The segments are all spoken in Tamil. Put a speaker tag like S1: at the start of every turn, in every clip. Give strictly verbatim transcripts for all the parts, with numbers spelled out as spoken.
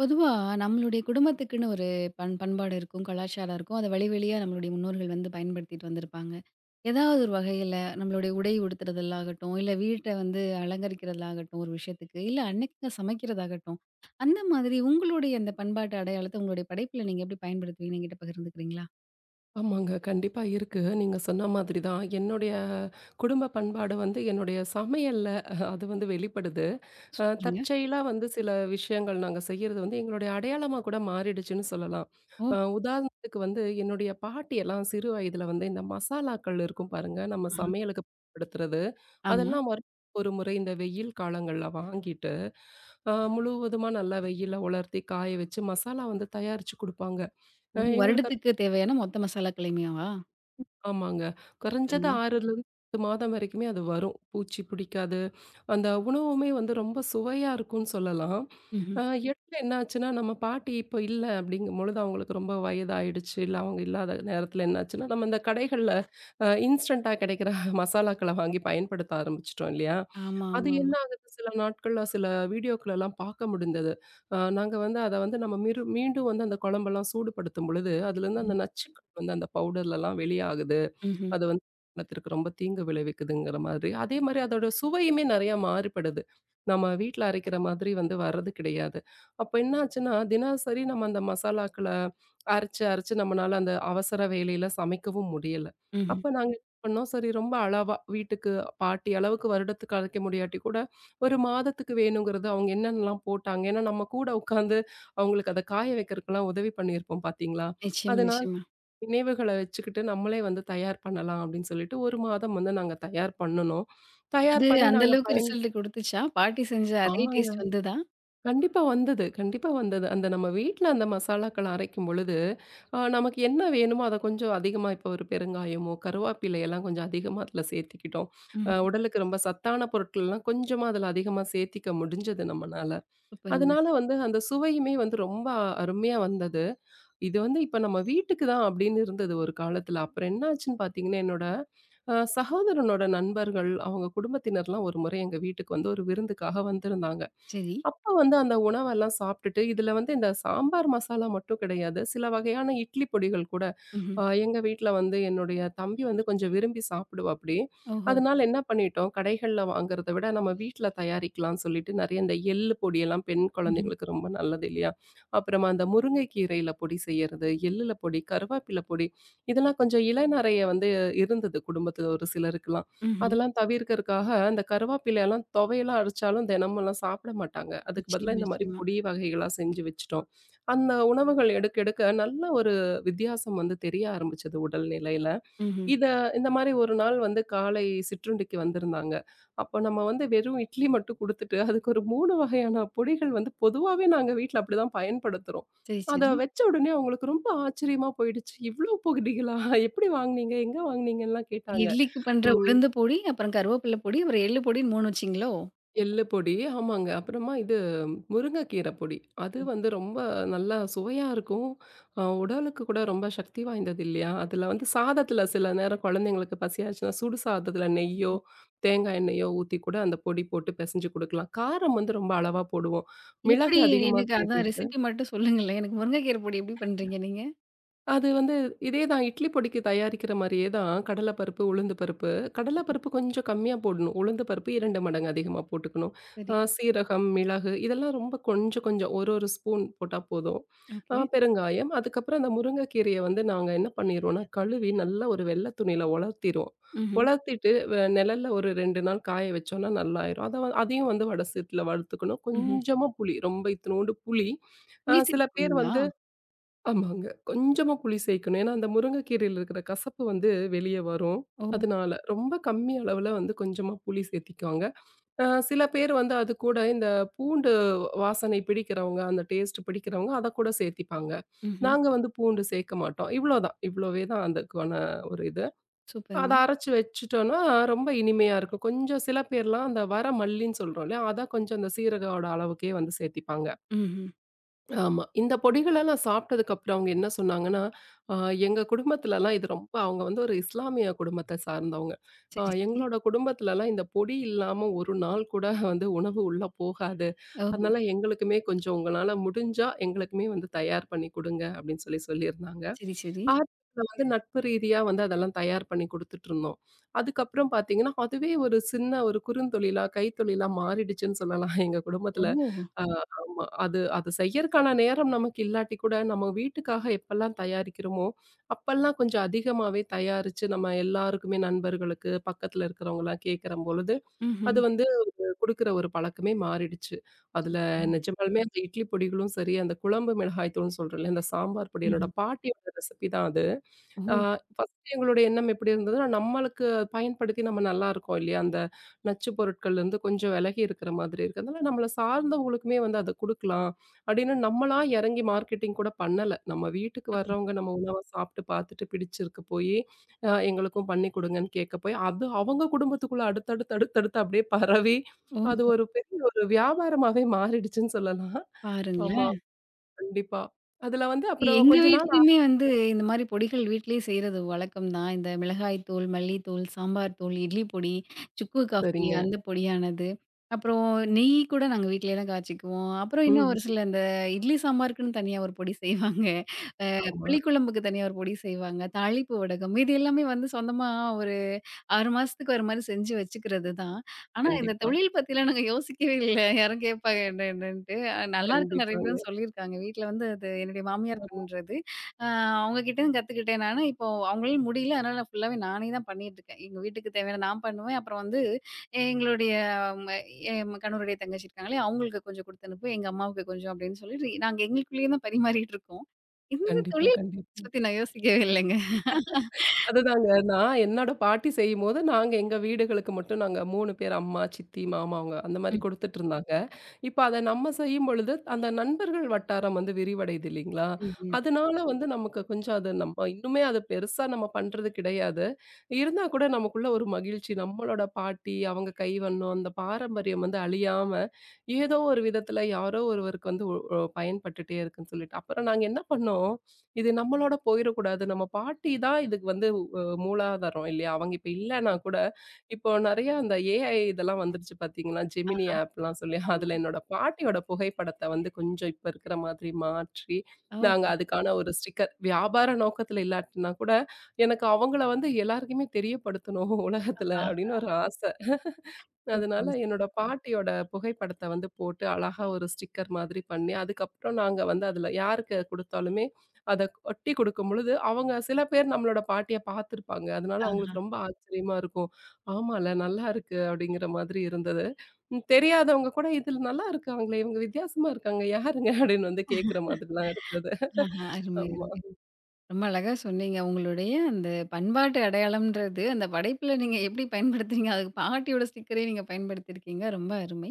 S1: பொதுவா நம்மளுடைய குடும்பத்துக்குன்னு ஒரு பண் பண்பாடு இருக்கும், கலாச்சாரம் இருக்கும். அத வழி வழியா நம்மளுடைய முன்னோர்கள் வந்து பயன்படுத்திட்டு வந்திருப்பாங்க. ஏதாவது ஒரு வகையில நம்மளுடைய உடை உடுத்துறதலாகட்டும், இல்ல வீட்ட வந்து அலங்கரிக்கிறதாகட்டும் ஒரு விஷயத்துக்கு, இல்ல அன்னைக்கு சமைக்கிறதாகட்டும், அந்த மாதிரி உங்களுடைய அந்த பண்பாட்டு அடையாளத்த உங்களுடைய படைப்புல நீங்க எப்படி பயன்படுத்துவீங்கன்னு என்கிட்ட பகிர்ந்துக்கிறீங்களா?
S2: ஆமாங்க. கண்டிப்பா இருக்கு. நீங்க சொன்ன மாதிரி தான். என்னுடைய குடும்ப பண்பாடு வந்து என்னுடைய சமையல்ல அது வந்து வெளிப்படுது. அ
S1: சூப்பருங்க.
S2: தற்செயலா வந்து சில விஷயங்கள் நாங்க செய்யறது வந்து எங்களுடைய அடையாளமா கூட மாறிடுச்சுன்னு சொல்லலாம்.
S1: ஓ!
S2: அ உதாரணத்துக்கு வந்து என்னுடைய பாட்டியெல்லாம் சிறு வயதில வந்து இந்த மசாலாக்கள் இருக்கும் பாருங்க, நம்ம
S1: ஆஹா.
S2: சமையலுக்கு பயன்படுத்துறது.
S1: ஆமா.
S2: அதெல்லாம் வருஷத்துக்கு ஒரு முறை இந்த வெயில் காலங்கள்ல வாங்கிட்டு, அ முழுவதுமா நல்லா வெயில்ல உலர்த்தி காய வச்சு மசாலா வந்து தயாரிச்சு குடுப்பாங்க.
S1: ஓ!
S2: அ எங்களுக்கு
S1: வருடத்துக்கு தேவையான மொத்த மசாலாக்களையுமேவா?
S2: ஆமாங்க. குறைஞ்சது
S1: சூப்பருங்க.
S2: ஆறிலருந்து எட்டு மாதம் வரைக்குமே அது வரும். பூச்சி பிடிக்காது. அந்த உணவுமே வந்து ரொம்ப சுவையா இருக்கும்னு சொல்லலாம்.
S1: ம்ஹ்ம்.
S2: அ இடையில என்ன ஆச்சுன்னா, நம்ம பாட்டி இப்போ இல்ல அப்படிங்கும்பொழுது அவங்களுக்கு ரொம்ப வயதாயிடுச்சு. இல்ல அவங்க இல்லாத நேரத்தில என்னாச்சுன்னா, நம்ம இந்த கடைகள்ல அ இன்ஸ்டன்ட்டா கிடைக்கிற மசாலாக்கள வாங்கி பயன்படுத்த ஆரம்பிச்சுட்டோம் இல்லையா?
S1: ஆமா,
S2: அது
S1: ஆமா, ஆமா.
S2: என்ன ஆகுது சில நாட்கள்ல சில வீடியோக்கள்லாம் பார்க்க முடிந்தது. அ நாங்க வந்து அத வந்து நம்ம மிரு மீண்டும் வந்து அந்த குழம்பெல்லாம் சூடுபடுத்தும் பொழுது, அதுலேருந்து
S1: ம்.
S2: அந்த நச்சுக்கள் வந்து அந்த பவுடர்லலாம் வெளியாகுது.
S1: ம்ஹ்ம்.
S2: அது வந்து குடும்பத்திற்கு ரொம்ப தீங்கு விளைவிக்குதுங்கிற மாதிரி. அதே மாரி அதோட சுவையுமே நெறையா மாறுபடுது. நம்ம வீட்ல அரைக்கிற மாதிரி வந்து வர்றது கிடையாது. அப்ப என்ன ஆச்சுன்னா, தினசரி நம்ம அந்த மசாலாக்கள அரைச்சு, அரைச்சு நம்மனால அந்த அவசர வேலையில சமைக்கவும் முடியல.
S1: ம்ஹ்ம்.
S2: அப்ப நாங்க என்ன பண்ணோம், சரி ரொம்ப அளவா வீட்டுக்கு பாட்டி அளவுக்கு வருடத்துக்கு அரைக்க முடியாட்டி கூட, ஒரு மாதத்துக்கு வேணுங்கிறது அவங்க என்னென்னலாம் போட்டாங்க. ஏன்னா, நம்ம கூட உட்காந்து அவங்களுக்கு அத காய வைக்கிறதுக்கெல்லாம் உதவி பண்ணியிருப்போம் பார்த்தீங்களா?
S1: நிச்சயமா,
S2: அதனால
S1: நிச்சயமா.
S2: நினைவுகள வச்சுக்கிட்டு நம்மளே வந்து தயார் பண்ணலாம் அப்படின்னு சொல்லிட்டு ஒரு மாதம் வந்து நாங்க தயார் பண்ணுனோம்.
S1: அது
S2: தயார் பண்ணி
S1: அந்த
S2: நாங்க
S1: அளவுக்கு
S2: பயன்
S1: ரிசல்ட் குடுத்துச்சா? பாட்டி செஞ்ச அதே
S2: ஆமாங்க.
S1: டேஸ்ட் வந்துதா?
S2: கண்டிப்பா வந்தது கண்டிப்பா வந்தது. அந்த நம்ம வீட்ல அந்த மசாலாக்கள அரைக்கும் பொழுது, அ நமக்கு என்ன வேணுமோ அத கொஞ்சம் அதிகமா இப்போ ஒரு பெருங்காயமோ, கருவாப்பிலை எல்லாம் கொஞ்சம் அதிகமா அதில சேர்த்துக்கிட்டோம். அ
S1: ம்ஹ்ம்.
S2: உடலுக்கு ரொம்ப சத்தான பொருட்கள்லாம் கொஞ்சமா அதில அதிகமா சேர்த்திக்க முடிஞ்சது நம்மனால.
S1: சூப்பருங்க.
S2: அதனால வந்து அந்த சுவையுமே வந்து ரொம்ப அருமையா வந்தது. இது வந்து இப்ப நம்ம வீட்டுக்கு தான் அப்படின்னு இருந்தது ஒரு காலத்துல. அப்புறம் என்ன ஆச்சுன்னு பார்த்தீங்கன்னா, என்னோட அ சகோதரனோட நண்பர்கள், அவங்க குடும்பத்தினர்லாம் ஒரு முறை எங்க வீட்டுக்கு வந்து ஒரு விருந்துக்காக வந்திருந்தாங்க.
S1: சரி.
S2: அப்ப வந்து அந்த உணவெல்லாம் சாப்பிட்டுட்டு, இதுல வந்து இந்த சாம்பார் மசாலா மட்டும் கிடையாது. சில வகையான இட்லி பொடிகள் கூட
S1: ம்ஹ்ம்.
S2: அ எங்க வீட்ல வந்து என்னுடைய தம்பி வந்து கொஞ்சம் விரும்பி சாப்பிடுவாப்படி.
S1: ஓஹோ!
S2: அதனால என்ன பண்ணிட்டோம், கடைகள்ல வாங்குறத விட நம்ம வீட்ல தயாரிக்கலாம்னு சொல்லிட்டு நெறைய இந்த எள்ளு பொடியெல்லாம் பெண்
S1: ம்ஹ்ம்.
S2: குழந்தைங்களுக்கு ரொம்ப நல்லது இல்லையா? அப்புறமா அந்த முருங்கை கீரையில பொடி செய்யறது, எள்ளுல பொடி, கருவேப்பில பொடி இதெல்லாம் கொஞ்சம் இளநறைய வந்து இருந்தது குடும்பத்துல ஒரு சிலருக்குலாம்.
S1: ம்ஹ்ம்.
S2: அதெல்லாம் தவிர்க்கறக்காக அந்த கருவேப்பிலையெல்லாம் துவையெல்லாம் அரைச்சாலும் தினமெல்லாம் சாப்பிட மாட்டாங்க. அதுக்கு
S1: நிச்சயமா,
S2: பதிலா இந்த மாரி
S1: நிச்சயமா.
S2: பொடி வகைகளா செஞ்சு வச்சுட்டோம். அந்த உணவுகள் எடுக்க எடுக்க நல்ல ஒரு வித்தியாசம் வந்து தெரிய ஆரம்பிச்சது உடல்நிலையில.
S1: ம்ஹ்ம்.
S2: இத இந்த மாரி ஒரு நாள் வந்து காலை சிற்றுண்டிக்கு வந்திருந்தாங்க. அப்ப நம்ம வந்து வெறும் இட்லி மட்டும் குடுத்துட்டு, அதுக்கு ஒரு மூணு வகையான பொடிகள் வந்து பொதுவாவே நாங்க வீட்ல அப்படிதான் பயன்படுத்துறோம்.
S1: சரி,
S2: அத
S1: சரி.
S2: வச்ச உடனே அவங்களுக்கு ரொம்ப ஆச்சரியமா போயிடுச்சு. "இவ்ளோ பொடிகளா? எப்படி வாங்குனீங்க? எங்க வாங்குனீங்கன்லாம்" கேட்டாங்க.
S1: இட்லிக்கு பண்ற
S2: ம்.
S1: உளுந்து பொடி, அப்புறம் கருவேப்பில பொடி, அப்புறம் எள்ளு பொடின்னு மூணு வச்சீங்களோ?
S2: எள்ளு பொடி. ஆமாங்க. அப்புறமா இது முருங்கைக்கீரை பொடி. அது
S1: ஓ!
S2: வந்து ரொம்ப நல்லா சுவையா இருக்கும். அ உடலுக்கு கூட ரொம்ப சக்தி வாய்ந்தது இல்லையா? அதில வந்து சாதத்தில சில நேரம் குழந்தைங்களுக்கு பசியாச்சுன்னா, சுடு சாதத்தில நெய்யோ,
S1: ம்ஹ்ம்.
S2: தேங்காய் எண்ணெயோ ஊத்தி கூட அந்த பொடி போட்டு பிசைஞ்சு குடுக்கலாம். காரம் வந்து ரொம்ப அளவா போடுவோம்.
S1: எப்படி
S2: மிளகு அதிகமா
S1: எனக்கு அதான்
S2: சேர்த்து
S1: ரெசிபி மட்டும் சொல்லுங்களேன். எனக்கு முருங்கைக்கீரை பொடி எப்படி பண்றீங்க நீங்க?
S2: அது வந்து இதே தான் இட்லி பொடிக்கு தயாரிக்கிற மாரியே தான் கடலை பருப்பு, உளுந்து பருப்பு. கடலை பருப்பு கொஞ்சம் கம்மியா போடணும். உளுந்து பருப்பு இரண்டு மடங்கு அதிகமா போட்டுக்கணும்.
S1: சரி.
S2: அ சீரகம், மிளகு இதெல்லாம் ரொம்ப கொஞ்சம் கொஞ்சம் ஒரு ஒரு ஸ்பூன் போட்டா போதும். அ
S1: ஓகே.
S2: பெருங்காயம், அதுக்கப்புறம் அந்த முருங்கைக்கீரைய வந்து நாங்க என்ன பண்ணிருவோம்னா, கழுவி நல்லா ஒரு வெள்ளை துணியில உலர்த்திருவோம்.
S1: ம்ஹ்ம்.
S2: உலர்த்திட்டு வ நிழல்ல ஒரு ரெண்டு நாள் காய வச்சோம்னா நல்லாயிரும். அத அதையும் வந்து வடை சீட்டுல வறுத்துக்கணும்.
S1: ம்ஹ்ம்.
S2: கொஞ்சமா புளி, ரொம்ப இத்துணூண்டு புளி. அ
S1: புளி
S2: சில பேர்
S1: சேர்த்துக்கணுங்களா?
S2: வந்து ஆமாங்க. கொஞ்சமா புளி சேர்க்கணும். ஏன்னா, அந்த முருங்கைக்கீரையில இருக்கிற கசப்பு வந்து வெளிய வரும்.
S1: ஓ!
S2: அதனால, ரொம்ப கம்மி அளவுல வந்து கொஞ்சமா புளி சேர்த்திக்குவாங்க. அ சில பேர் வந்து அது கூட இந்த பூண்டு வாசனை பிடிக்கிறவங்க, அந்த டேஸ்ட் பிடிக்கிறவங்க அத கூட சேர்த்திப்பாங்க.
S1: ம்ஹ்ம்.
S2: நாங்க வந்து பூண்டு சேர்க்க மாட்டோம். இவ்வளோதான். இவ்வளோவே தான் அதுக்கான ஒரு இது. அத
S1: சூப்பருங்க.
S2: அரைச்சு வச்சுட்டோம்னா, ரொம்ப இனிமையா இருக்கும். கொஞ்சம் சில பேர்லாம் அந்த வர மல்லின்னு சொல்றோம் இல்லையா? அத கொஞ்சம் அந்த சீரகோட அளவுக்கே வந்து சேர்த்திப்பாங்க.
S1: ம்ஹ்ம்.
S2: ஆமா. இந்த பொடிகளெல்லாம் சாப்பிட்டதுக்கு அப்புறம் அவங்க என்ன சொன்னாங்கன்னா, அ எங்க குடும்பத்துலலாம் இது ரொம்ப அவங்க வந்து ஒரு இஸ்லாமிய குடும்பத்த சார்ந்தவங்க. அ
S1: சரி, சரி.
S2: எங்களோட குடும்பத்துலலாம் இந்த பொடி இல்லாம ஒரு நாள் கூட வந்து உணவு உள்ள போகாது.
S1: ஓஹோ!
S2: அதனால எங்களுக்குமே கொஞ்சம் உங்களால முடிஞ்சா எங்களுக்குமே வந்து தயார் பண்ணி குடுங்க அப்படின்னு சொல்லி சொல்லியிருந்தாங்க.
S1: சரி, சரி.
S2: ஆரம்பத்துல வந்து நட்பு ரீதியா வந்து அதெல்லாம் தயார் பண்ணி குடுத்துட்டுருந்தோம். அதுக்கப்புறம் பார்த்தீங்கன்னா, அதுவே ஒரு சின்ன ஒரு குறுந்தொழிலா, கைத்தொழிலா மாறிடுச்சுன்னு சொல்லலாம் எங்க
S1: ஓ!
S2: குடும்பத்துல. ஆ ஆமா. அது அது செய்யறக்கான நேரம் நமக்கு இல்லாட்டி கூட, நம்ம வீட்டுக்காக எப்பல்லாம் தயாரிக்கிறோமோ, அப்பல்லாம் கொஞ்சம் அதிகமாவே தயாரிச்சு நம்ம எல்லாருக்குமே நண்பர்களுக்கு, பக்கத்துல இருக்கிறவங்கலாம் கேட்கறம்பொழுது,
S1: ம்ஹ்ம்.
S2: அது வந்து குடுக்குற ஒரு பழக்கமே மாறிடுச்சு. அதுல
S1: சூப்பருங்க.
S2: நிஜமாலுமே அந்த இட்லி பொடிகளும் சரி, அந்த குழம்பு மிளகாய் தூள்னு சொல்றோம்ல, இந்த சாம்பார் பொடி என்னோட
S1: ம்ஹ்ம்.
S2: பாட்டியோட ரெசிபி தான் அது.
S1: ஓ!
S2: ஆ ஃபர்ஸ்ட்டு எங்களுடைய எண்ணம் எப்படி இருந்ததுன்னா, நம்மளுக்கு அது பயன்படுத்தி நம்ம நல்லா இருக்கோம் இல்லையா? அந்த நச்சு பொருட்கள்லேருந்து கொஞ்சம் விலகி இருக்கிற மாதிரி இருக்கு. அதனால நம்மள சார்ந்தவங்களுக்குமே வந்து அத குடுக்கலாம். அப்படின்னு நம்மளா இறங்கி மார்க்கெட்டிங் கூட பண்ணல. நம்ம வீட்டுக்கு வர்றவங்க நம்ம உணவ சாப்பிட்டு பார்த்துட்டு பிடிச்சிருக்கு போயி, அ எங்களுக்கும் பண்ணி குடுங்கன்னு கேட்க போய், அது அவங்க குடும்பத்துக்குள்ள அடுத்தடுத்து அடுத்தடுத்து அப்படியே பரவி, அது
S1: ஓஹோ!
S2: ஒரு பெரிய ஒரு வியாபாரமாவே மாறிடுச்சுன்னு சொல்லலாம். ஆமா,
S1: பாருங்களேன்.
S2: கண்டிப்பா. அதுல வந்து அப்புறம்
S1: எங்க
S2: கொஞ்ச நாள் ஆ-
S1: வீட்லயுமே வந்து இந்த மாரி பொடிகள் வீட்லயே செய்றது வழக்கம் தான். இந்த மிளகாய் தூள், மல்லித்தூள், சாம்பார் தூள், இட்லி பொடி, சுக்கு காஃபி
S2: சரிங்க.
S1: அந்த பொடியானது. அப்புறம் நெய் கூட நாங்க வீட்லயே தான் காய்ச்சிக்குவோம். அப்புறம் இன்னும் ஒரு
S2: ம்.
S1: சில இந்த இட்லி சாம்பாருக்குன்னு தனியா ஒரு பொடி செய்வாங்க.
S2: ஆமா.
S1: புளிக்குழம்புக்கு தனியா ஒரு பொடி செய்வாங்க. தாளிப்பு வடகம். மீதி எல்லாமே வந்து சொந்தமா ஒரு ஆறு மாசத்துக்கு ஒரு மாரி செஞ்சு வச்சுக்கிறது தான். ஆனா இந்த
S2: கண்டிப்பா,
S1: தொழில் பத்திலாம் நாங்க யோசிக்கவே இல்ல. யாரும் கேட்பாங்க என்ன என்னன்ட்டு. நல்லாயிருக்குன்னு நெறைய
S2: கண்டிப்பாங்க.
S1: பேரும் சொல்லியிருக்காங்க. வீட்ல வந்து அது என்னுடைய மாமியார் பண்றது. அ அவங்க கிட்டேருந்து கத்துக்கிட்டேன் நானு. இப்போ அவங்களால முடியல. அதனால நான் ஃபுல்லாவே நானே தான் பண்ணிட்டுருக்கேன். எங்க வீட்டுக்கு தேவையான நான் பண்ணுவேன். அப்புறம் வந்து எங்களுடைய ம என் கணவருடைய தங்கச்சி இருக்காங்களே, அவங்களுக்கு கொஞ்சம் குடுத்து அனுப்பு. எங்க அம்மாவுக்கு கொஞ்சம் அப்டின்னு சொல்லி நாங்க எங்களுக்குள்ளேயே தான் பரிமாறிட்டு இருக்கோம். இந்த
S2: கண்டிப்பா,
S1: தொழில்
S2: கண்டிப்பா.
S1: பத்தி நான் யோசிக்கவே இல்லங்க.
S2: அதுதாங்க. நான் என்னோட பாட்டி செய்யும்போது, நாங்க எங்க வீடுகளுக்கு மட்டும் நாங்க மூணு பேர் அம்மா, சித்தி, மாமாவங்க அந்த மாரி
S1: ம்,
S2: குடுத்துட்டுருந்தாங்க. இப்ப அத நம்ம செய்யும்பொழுது, அந்த நண்பர்கள் வட்டாரம் வந்து விரிவடையுது இல்லைங்களா?
S1: ம், ம்.
S2: அதனால வந்து நமக்கு கொஞ்சம் அது நம்ம இன்னுமே அது பெருசா நம்ம பண்றது கிடையாது. இருந்தா கூட நமக்குள்ள ஒரு மகிழ்ச்சி. நம்மளோட பாட்டி, அவங்க கைவண்ணம், அந்த பாரம்பரியம் வந்து அழியாம, ஏதோ ஒரு விதத்துல யாரோ ஒருவருக்கு வந்து ஒ ஒ பயன்பட்டுட்டே இருக்குன்னு சொல்லிட்டு. அப்புறம் நாங்க என்ன பண்ணோம், இது நம்மளோட போயிறக்கூடாது. நம்ம பாட்டி தான் இதுக்கு வந்து மூலாதாரம் இல்லையா? அவங்க இப்ப இல்லன்னா
S1: கண்டிப்பா.
S2: கூட, இப்போ நெறைய அந்த ஏஐ இதெல்லாம் வந்துருச்சு பார்த்தீங்களா? ஜெமினி
S1: ஆஹா,
S2: ஆப்லாம் சொல்லி,
S1: ஆமா.
S2: அதுல என்னோட பாட்டியோட புகைப்படத்த வந்து கொஞ்சம் இப்ப இருக்கிற மாதிரி மாற்றி,
S1: ஓ!
S2: நாங்க அதுக்கான ஒரு ஸ்டிக்கர் வியாபார நோக்கத்துல இல்லாட்டினா கூட, எனக்கு அவங்கள வந்து எல்லாருக்குமே தெரியப்படுத்தணும் உலகத்துல
S1: ஆஹா,
S2: அப்படின்னு ஒரு ஆச. அதனால
S1: சூப்பருங்க.
S2: என்னோட பாட்டியோட புகைப்படத்த வந்து போட்டு, அழகா ஒரு ஸ்டிக்கர் மாதிரி பண்ணி, அதுக்கப்புறம் நாங்க வந்து அதில யாருக்கு குடுத்தாலுமே, அத ஒட்டி குடுக்கும்பொழுது, அவங்க சில பேர் நம்மளோட பாட்டிய பார்த்துருப்பாங்க. அதனால
S1: ஆஹா,
S2: அவங்களுக்கு ரொம்ப ஆச்சரியமா இருக்கும். "ஆமால்ல, நல்லாருக்கு" அப்படிங்கிற மாதிரி இருந்தது. ம் தெரியாதவங்க கூட, "இதில நல்லாருக்காங்களே, இவங்க வித்தியாசமா இருக்காங்க. யாருங்க?" அப்படின்னு வந்து கேட்கிற மாதிரிலாம் இருந்தது.
S1: ஆஹா. அருமை,
S2: ஆமா.
S1: அருமை. ரொம்ப அழகா சொன்னீங்க. உங்களுடைய அந்த பண்பாட்டு அடையாளம்ன்றது, அந்த படைப்புல நீங்க எப்படி பயன்படுத்துறீங்க? அதுக்கு பாட்டியோட ஸ்டிக்கரையும் நீங்க பயன்படுத்தியிருக்கீங்க. ரொம்ப அருமை.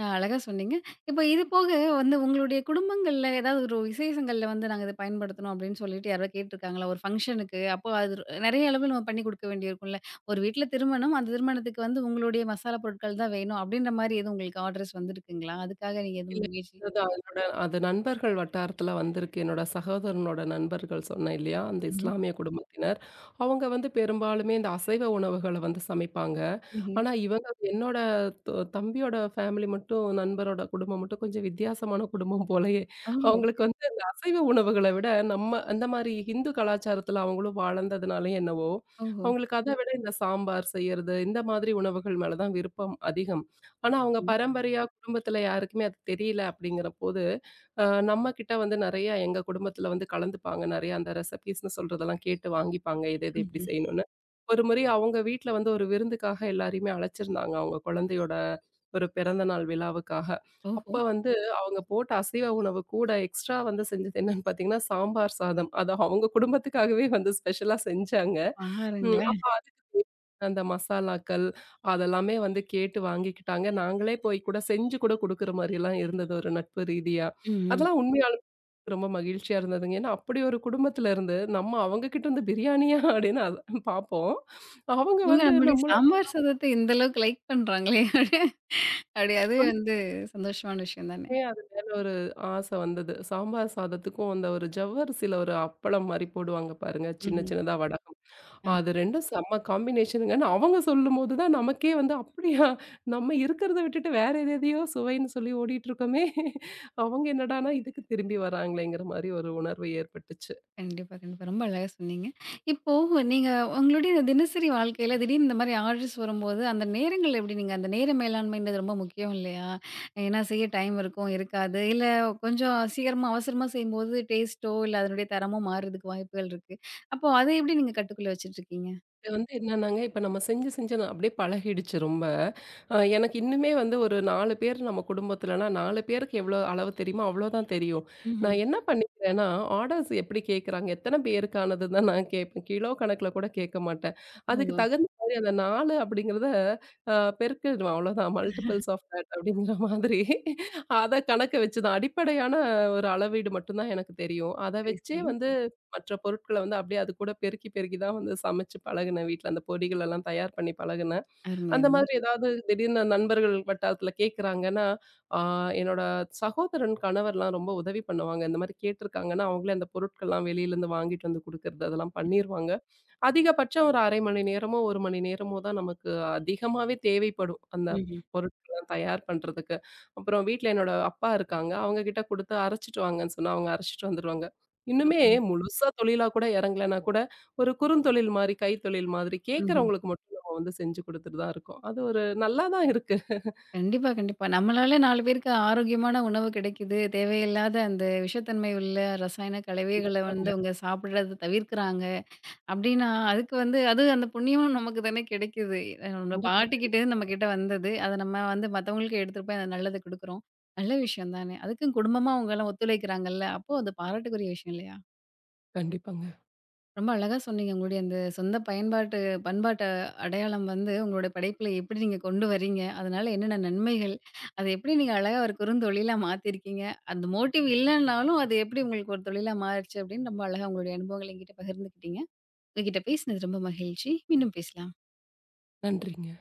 S1: அ அழகா சொன்னீங்க. இப்ப இது போக வந்து உங்களுடைய குடும்பங்கள்ல ஏதாவது ஒரு விசேஷங்கள்ல வந்து நாங்க இத பயன்படுத்தணும் அப்படின்னு சொல்லிட்டு யாராவது கேட்டுருக்காங்களா? ஒரு ஃபங்ஷனுக்கு அப்போ அது நெறைய அளவு நம்ம பண்ணி குடுக்க வேண்டியிருக்கும்ல. ஒரு வீட்ல திருமணம், அந்த திருமணத்துக்கு வந்து உங்களுடைய மசாலா பொருட்கள் தான் வேணும் அப்படின்ற மாரி எதுவும் உங்களுக்கு ஆர்டர்ஸ் வந்திருக்குங்களா? அதுக்காக நீங்க எதுவும்
S2: இல்ல.
S1: முயற்சி
S2: அதுதான் என்னோட அது நண்பர்கள் வட்டாரத்துல வந்திருக்கு. என்னோட சகோதரனோட நண்பர்கள் சொன்னேன் இல்லையா? அந்த
S1: ம்ஹ்ம்,
S2: இஸ்லாமிய குடும்பத்தினர். அவங்க வந்து பெரும்பாலுமே இந்த அசைவ உணவுகள வந்து சமைப்பாங்க.
S1: ம்ஹ்ம்.
S2: ஆனா இவங்க என்னோட தொ தம்பியோட ஃபேமிலி மட்டும் நண்பரோட குடும்பம் மட்டும் கொஞ்சம் வித்தியாசமான குடும்பம் போலயே.
S1: ஓஹோ!
S2: அவங்களுக்கு வந்து அந்த அசைவ உணவுகள விட நம்ம அந்த மாரி ஹிந்து கலாச்சாரத்துல அவங்களும் வளர்ந்ததுனாலயோ என்னவோ,
S1: ஓஹோ!
S2: அவங்களுக்கு அத விட இந்த சாம்பார் செய்யறது, இந்த மாதிரி உணவுகள் மேல தான் விருப்பம் அதிகம். ஆனா அவங்க
S1: ம்.
S2: பரம்பரையா குடும்பத்துல யாருக்குமே அது தெரியல அப்படிங்கிறபோது அ நம்ம கிட்ட வந்து நெறைய எங்க குடும்பத்தில வந்து கலந்துப்பாங்க. நெறைய அந்த ரெசிபீஸ்ன்னு சொல்றதெல்லாம் கேட்டு வாங்கிப்பாங்க. எது எது எப்படி
S1: ம்ஹ்ம்.
S2: செய்யணும்னு. ஒரு முறை அவங்க வீட்ல வந்து ஒரு விருந்துக்காக எல்லாரையுமே அழைச்சிருந்தாங்க. அவங்க குழந்தையோட ஒரு பிறந்த நாள் விழாவுக்காக. அப்ப
S1: ஓஹோ!
S2: வந்து அவங்க போட்ட அசைவ உணவு கூட எக்ஸ்ட்ரா வந்து செஞ்சது என்னன்னு பார்த்தீங்கன்னா, சாம்பார் சாதம். அது அவங்க குடும்பத்துக்காகவே வந்து ஸ்பெஷலா செஞ்சாங்க. ம்
S1: பாருங்களேன்.
S2: அப்ப அதுல அந்த மசாலாக்கள் அதெல்லாமே வந்து கேட்டு வாங்கிக்கிட்டாங்க. நாங்களே போய் கூட செஞ்சு கூட குடுக்குற மாரியெல்லாம் இருந்தது ஒரு நட்பு ரீதியா.
S1: ம்ஹ்ம்.
S2: அதெல்லாம் உண்மையா ரொம்ப மகிழ்ச்சியா இருந்ததுங்க. ஏன்னா, அப்படி ஒரு குடும்பத்துல இருந்து, நம்ம அவங்க கிட்ட இருந்து பிரியாணியா அப்படின்னு அது பார்ப்போம். அவங்க
S1: இவங்க
S2: வந்து
S1: நம்மளுடைய
S2: நம்மளோட
S1: சாம்பார் சாதத்த இந்த அளவுக்கு லைக் பண்றாங்களே! அப்படி அதுவே வந்து சந்தோஷமான விஷயம் தானே!
S2: சொந்தமே அது மேல ஒரு ஆசை வந்தது. சாம்பார் சாதத்துக்கும் அந்த ஒரு ஜவ்வரிசியில ஒரு அப்பளம் மாரி போடுவாங்க பாருங்க, சின்ன
S1: ம்ஹ்ம்.
S2: சின்னதா வடகம்.
S1: ஆமா.
S2: அது ரெண்டும் செம்ம காம்பினேஷனுங்கன்னு அவங்க சொல்லும்போது தான் நமக்கே வந்து அப்படியா! நம்ம இருக்கிறத விட்டுட்டு வேற எது எதையோ சுவைன்னு சொல்லி ஓடிட்டு இருக்கோமே! அவங்க என்னடான்னா இதுக்கு திரும்பி வராங்களேங்கிற மாரி ஒரு உணர்வு ஏற்பட்டுச்சு.
S1: கண்டிப்பா, கண்டிப்பா. ரொம்ப அழகா சொன்னீங்க. இப்போ நீங்க உங்களுடைய இந்த தினசரி வாழ்க்கையில திடீர்னு இந்த மாரி ஆர்டர்ஸ் வரும்போது, அந்த நேரங்கள்ல எப்படி நீங்க அந்த நேர மேலாண்மைன்றது ரொம்ப முக்கியம் இல்லையா? ஏன்னா செய்ய டைம் இருக்கும், இருக்காது. இல்ல கொஞ்சம் சீக்கிரமா, அவசரமா செய்யும்போது டேஸ்ட்டோ, இல்ல அதனுடைய தரமோ மாறுறதுக்கு வாய்ப்புகள் இருக்கு. அப்போ அத எப்படி நீங்க கட்டுக்குள்ள வச்சுட்டுருக்கீங்க?
S2: இது வந்து என்னன்னாங்க, இப்ப நம்ம செஞ்சு, செஞ்சு நான் அப்படியே பழகிடுச்சு ரொம்ப. அ எனக்கு இன்னுமே வந்து ஒரு நாலு பேர் நம்ம குடும்பத்துலனா, நாலு பேருக்கு எவ்வளோ அளவு தெரியுமோ, அவ்வளோதான் தெரியும்.
S1: ம்ஹ்ம்.
S2: நான் என்ன பண்ணிக்கிறேன்னா, ஆர்டர்ஸ் எப்படி கேட்குறாங்க, எத்தன பேருக்கானதுன்னு தான் நான் கேட்பேன். கிலோ கணக்குல கூட கேட்க மாட்டேன். அதுக்கு
S1: ஓ!
S2: தகுந்த மாதிரி அந்த நாலு அப்படிங்கிறத அ பெருக்கிடுவேன் அவ்வளோதான். மல்டிபிள்ஸ் ஆஃப் தட் அப்படிங்கிற மாதிரி. அத கணக்க வச்சு தான் அடிப்படையான ஒரு அளவீடு மட்டும் தான் எனக்கு தெரியும். அத
S1: சரி,
S2: வச்சே
S1: சரி.
S2: வந்து மற்ற பொருட்கள வந்து அப்படியே அது கூட பெருக்கி, பெருக்கி தான் வந்து சமைச்சு பழகுனேன். வீட்ல அந்த பொடிகள் எல்லாம் தயார் பண்ணி பழகுனேன்.
S1: அருமை,
S2: அந்த
S1: அருமை.
S2: மாதிரி ஏதாவது திடீர்னு நண்பர்கள் வட்டாரத்துல கேட்கறாங்கன்னா, ஆ என்னோட சகோதரன் கணவர்லாம் ரொம்ப உதவி பண்ணுவாங்க. இந்த மாரி கேட்டிருக்காங்கன்னா, அவங்களே அந்த பொருட்கள்லாம் வெளியிலருந்து வாங்கிட்டு வந்து குடுக்கறது, அதெல்லாம் பண்ணிருவாங்க. அதிகபட்சம் ஒரு அரை மணி நேரமோ, ஒரு மணி நேரமோ தான் நமக்கு அதிகமாவே தேவைப்படும். அந்த
S1: ம்ஹ்ம்.
S2: பொருட்கள்லாம் தயார் பண்றதுக்கு. அப்புறம் வீட்ல என்னோட அப்பா இருக்காங்க. அவங்க கிட்ட குடுத்து அரைச்சுட்டு வாங்கன்னு சொன்னா, அவங்க அரைச்சுட்டு வந்துருவாங்க. இன்னுமே
S1: சூப்பருங்க.
S2: முழுசா தொழிலா கூட இறங்கலன்னா கூட, ஒரு குறுந்தொழில் மாரி, கைத்தொழில் மாதிரி
S1: ம்ஹ்ம்.
S2: கேட்கறவங்களுக்கு மட்டும் நம்ம வந்து செஞ்சு குடுத்துட்டு தான் இருக்கோம். அது ஒரு நல்லா தான் இருக்கு.
S1: கண்டிப்பா, கண்டிப்பா. நம்மளால நாலு பேருக்கு ஆரோக்கியமான உணவு கிடைக்குது. தேவையில்லாத அந்த விஷத்தன்மை உள்ள ரசாயன கலவைகள வந்து
S2: கண்டிப்பாங்க.
S1: அவங்க சாப்பிடுறத தவிர்க்கிறாங்க. அப்டின்னா, அதுக்கு வந்து அது அந்த புண்ணியமும் நமக்கு தானே கிடைக்குது. அஹ் நம்ம
S2: கண்டிப்பா,
S1: பாட்டிக்கிட்டேருந்து
S2: கண்டிப்பா.
S1: நம்மகிட்ட வந்தது. அத நம்ம வந்து மத்தவங்களுக்கு எடுத்துட்டு போய் அந்த நல்லத குடுக்குறோம். நல்ல விஷயம் தானே. அதுக்கும் குடும்பமா அவங்கலாம் ஒத்துழைக்கிறாங்கல்ல. அப்போ அது பாராட்டுக்குரிய விஷயம் இல்லையா?
S2: கண்டிப்பாங்க.
S1: ரொம்ப அழகா சொன்னீங்க. உங்களுடைய அந்த சொந்த பயன்பாட்டு பண்பாட்டு அடையாளம் வந்து உங்களுடைய படைப்புல எப்படி நீங்க கொண்டு வரீங்க? அதனால என்னென்ன நன்மைகள்? அத எப்படி நீங்க அழகா ஒரு குறுந்தொழிலா மாத்தியிருக்கீங்க? அந்த மோட்டிவ் இல்லன்னாலும் அது எப்படி உங்களுக்கு ஒரு தொழிலா மாறுச்சு அப்படின்னு ரொம்ப அழகா உங்களுடைய அனுபவங்கள என்கிட்ட பகிர்ந்துக்கிட்டீங்க. உங்ககிட்ட பேசினது ரொம்ப மகிழ்ச்சி. மீண்டும் பேசலாம்.
S2: நன்றிங்க.